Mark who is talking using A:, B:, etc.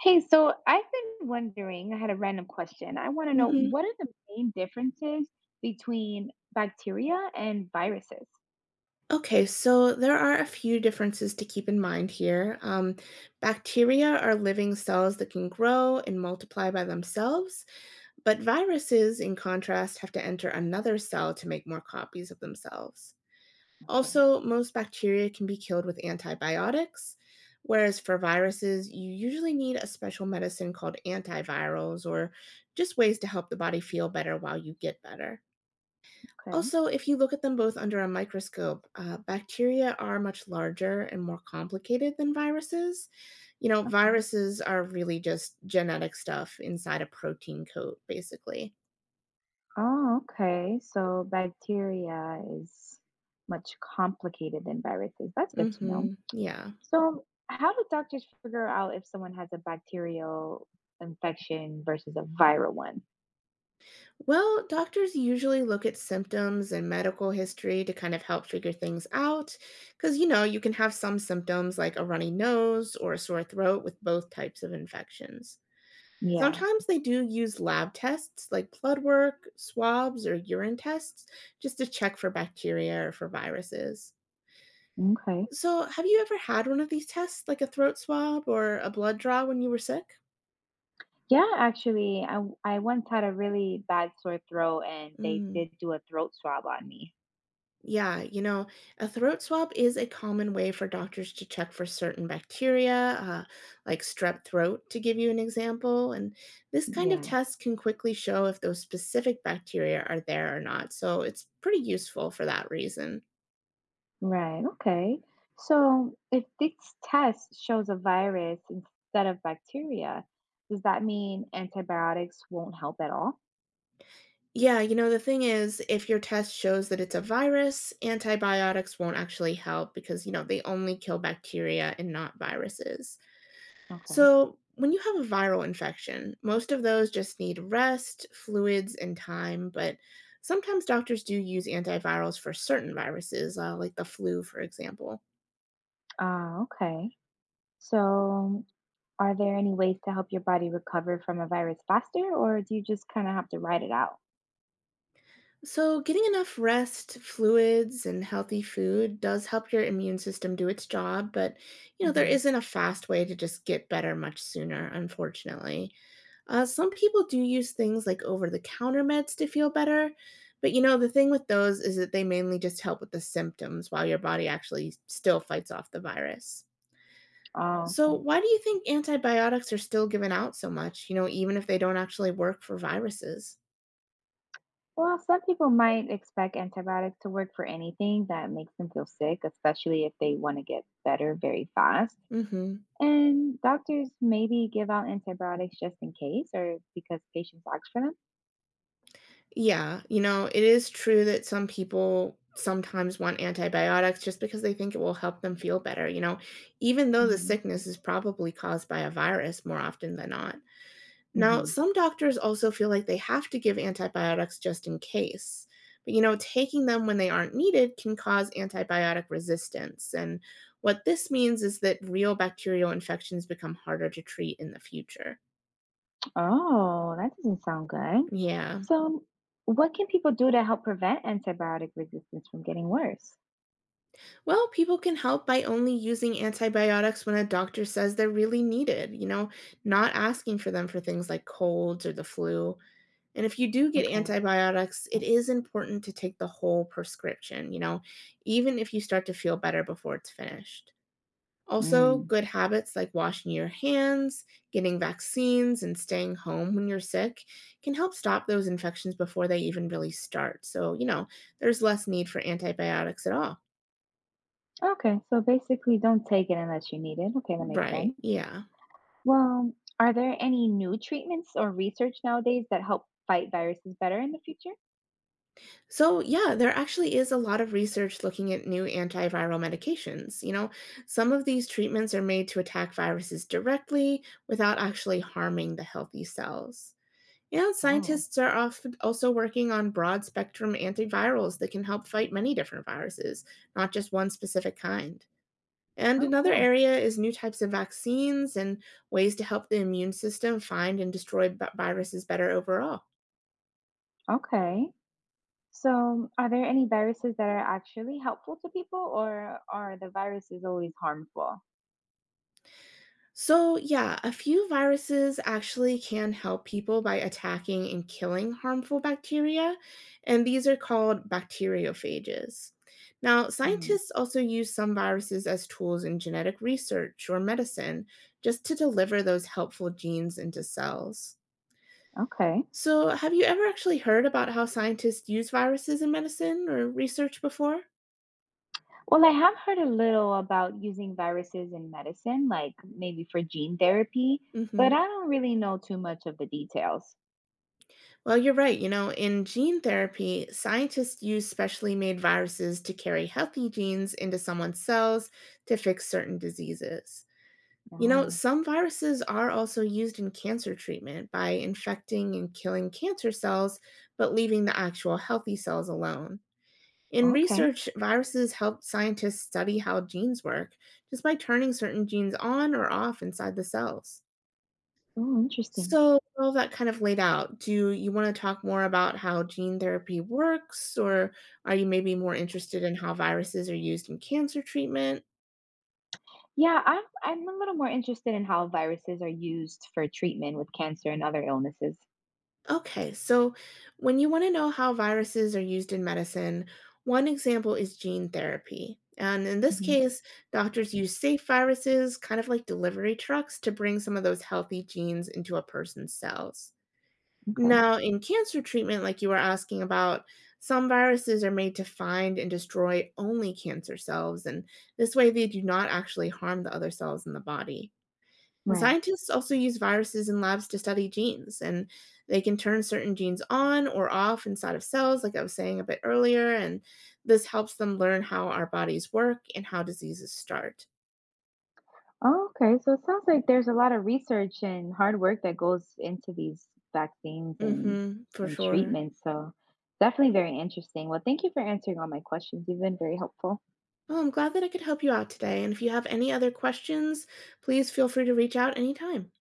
A: Hey, so I've been wondering, I had a random question. I want to know
B: Mhm.
A: what are the main differences between bacteria and viruses?
B: Okay, so there are a few differences to keep in mind here. Bacteria are living cells that can grow and multiply by themselves, but viruses, in contrast, have to enter another cell to make more copies of themselves.
A: Okay,
B: Also, most bacteria can be killed with antibiotics, whereas for viruses, you usually need a special medicine called antivirals or just ways to help the body feel better while you get better.
A: okay,
B: Also, if you look at them both under a microscope, bacteria are much larger and more complicated than viruses. You know,
A: okay.
B: viruses are really just genetic stuff inside a protein coat, basically.
A: Oh, okay. So bacteria is much complicated than viruses. That's good to know.
B: Mm-hmm. Yeah.
A: So, how do doctors figure out if someone has a bacterial infection versus a viral one?
B: Well, doctors usually look at symptoms and medical history to kind of help figure things out. Because, you know, you can have some symptoms like a runny nose or a sore throat with both types of infections.
A: Yeah.
B: Sometimes they do use lab tests like blood work, swabs, or urine tests just to check for bacteria or for viruses.
A: Okay.
B: So, have you ever had one of these tests, like a throat swab or a blood draw when you were sick?
A: Yeah, actually, I once had a really bad sore throat and they
B: Mm,
A: did do a throat swab on me.
B: yeah, you know, a throat swab is a common way for doctors to check for certain bacteria, uh, like strep throat, to give you an example. And this kind of
A: Yeah,
B: test can quickly show if those specific bacteria are there or not. So, it's pretty useful for that reason.
A: right. Okay. So, if this test shows a virus instead of bacteria, does that mean antibiotics won't help at all?
B: Yeah, you know, the thing is, if your test shows that it's a virus, antibiotics won't actually help because, you know, they only kill bacteria and not viruses.
A: Okay.
B: So, when you have a viral infection, most of those just need rest, fluids, and time, but sometimes doctors do use antivirals for certain viruses, like the flu, for example.
A: Ah, okay. So, are there any ways to help your body recover from a virus faster, or do you just kind of have to ride it out?
B: So, getting enough rest, fluids, and healthy food does help your immune system do its job, but you know, there
A: Hmm.
B: isn't a fast way to just get better much sooner, unfortunately. Some people do use things like over the counter meds to feel better, but you know, the thing with those is that they mainly just help with the symptoms while your body actually still fights off the virus.
A: Oh,
B: So,
A: okay.
B: why do you think antibiotics are still given out so much, you know, even if they don't actually work for viruses?
A: Well, some people might expect antibiotics to work for anything that makes them feel sick, especially if they want to get better very fast.
B: Mm hmm.
A: And doctors maybe give out antibiotics just in case or because patients ask for
B: Yeah, you know, it is true that some people sometimes want antibiotics just because they think it will help them feel better, you know, even though the
A: them.
B: sickness is probably caused by a virus more often than not.
A: Hmm,
B: Now,
A: hmm.
B: some doctors also feel like they have to give antibiotics just in case. But, you know, taking them when they aren't needed can cause antibiotic resistance. And what this means is that real bacterial infections become harder to treat in the future.
A: Oh, that doesn't sound good.
B: Yeah.
A: So, what can people do to help prevent antibiotic resistance from getting worse?
B: Well, people can help by only using antibiotics when a doctor says they're really needed, you know, not asking for them for things like colds or the flu. And if you do get
A: Okay.
B: antibiotics, it is important to take the whole prescription, you know, even if you start to feel better before it's finished. Also,
A: Mm.
B: good habits like washing your hands, getting vaccines, and staying home when you're sick can help stop those infections before they even really start. So, you know, there's less need for antibiotics at all.
A: Okay, so basically, don't take it unless you need it. Okay, that makes sense.
B: Right. Yeah.
A: Well, are there any new treatments or research nowadays that help fight viruses better in the future?
B: So, yeah, there actually is a lot of research looking at new antiviral medications. You know, some of these treatments are made to attack viruses directly without actually harming the healthy cells. And
A: Oh,
B: scientists are often also working on broad spectrum antivirals that can help fight many different viruses, not just one specific kind. And
A: oh,
B: another
A: cool.
B: area is new types of vaccines and ways to help the immune system find and destroy viruses better overall.
A: Okay. So, are there any viruses that are actually helpful to people, or are the viruses always harmful?
B: So, yeah, a few viruses actually can help people by attacking and killing harmful bacteria, and these are called bacteriophages. Now,
A: Hmm.
B: scientists also use some viruses as tools in genetic research or medicine just to deliver those helpful genes into cells.
A: Okay.
B: So, have you ever actually heard about how scientists use viruses in medicine or research before?
A: Well, I have heard a little about using viruses in medicine, like maybe for gene therapy, but
B: Mhm.
A: I don't really know too much of the details.
B: Well, you're right. You know, in gene therapy, scientists use specially made viruses to carry healthy genes into someone's cells to fix certain diseases. You know,
A: Oh,
B: some viruses are also used in cancer treatment by infecting and killing cancer cells, but leaving the actual healthy cells alone. In
A: okay.
B: research, viruses help scientists study how genes work just by turning certain genes on or off inside the cells.
A: Oh, interesting.
B: So, all that kind of laid out, do you wanna talk more about how gene therapy works, or are you maybe more interested in how viruses are used in cancer treatment?
A: Yeah, I'm a little more interested in how viruses are used for treatment with cancer and other illnesses.
B: Okay, so when you wanna know how viruses are used in medicine, one example is gene therapy. And in this
A: Hmm.
B: case, doctors use safe viruses, kind of like delivery trucks, to bring some of those healthy genes into a person's cells.
A: Okay.
B: Now, in cancer treatment, like you were asking about, some viruses are made to find and destroy only cancer cells, and this way they do not actually harm the other cells in the body. And
A: Right.
B: scientists also use viruses in labs to study genes, and they can turn certain genes on or off inside of cells, like I was saying a bit earlier, and this helps them learn how our bodies work and how diseases start.
A: Oh, okay. So it sounds like there's a lot of research and hard work that goes into these vaccines
B: Mm hmm, for
A: and
B: sure.
A: treatments. So definitely very interesting. Well, thank you for answering all my questions. You've been very helpful.
B: Oh, I'm glad that I could help you out today. And if you have any other questions, please feel free to reach out anytime.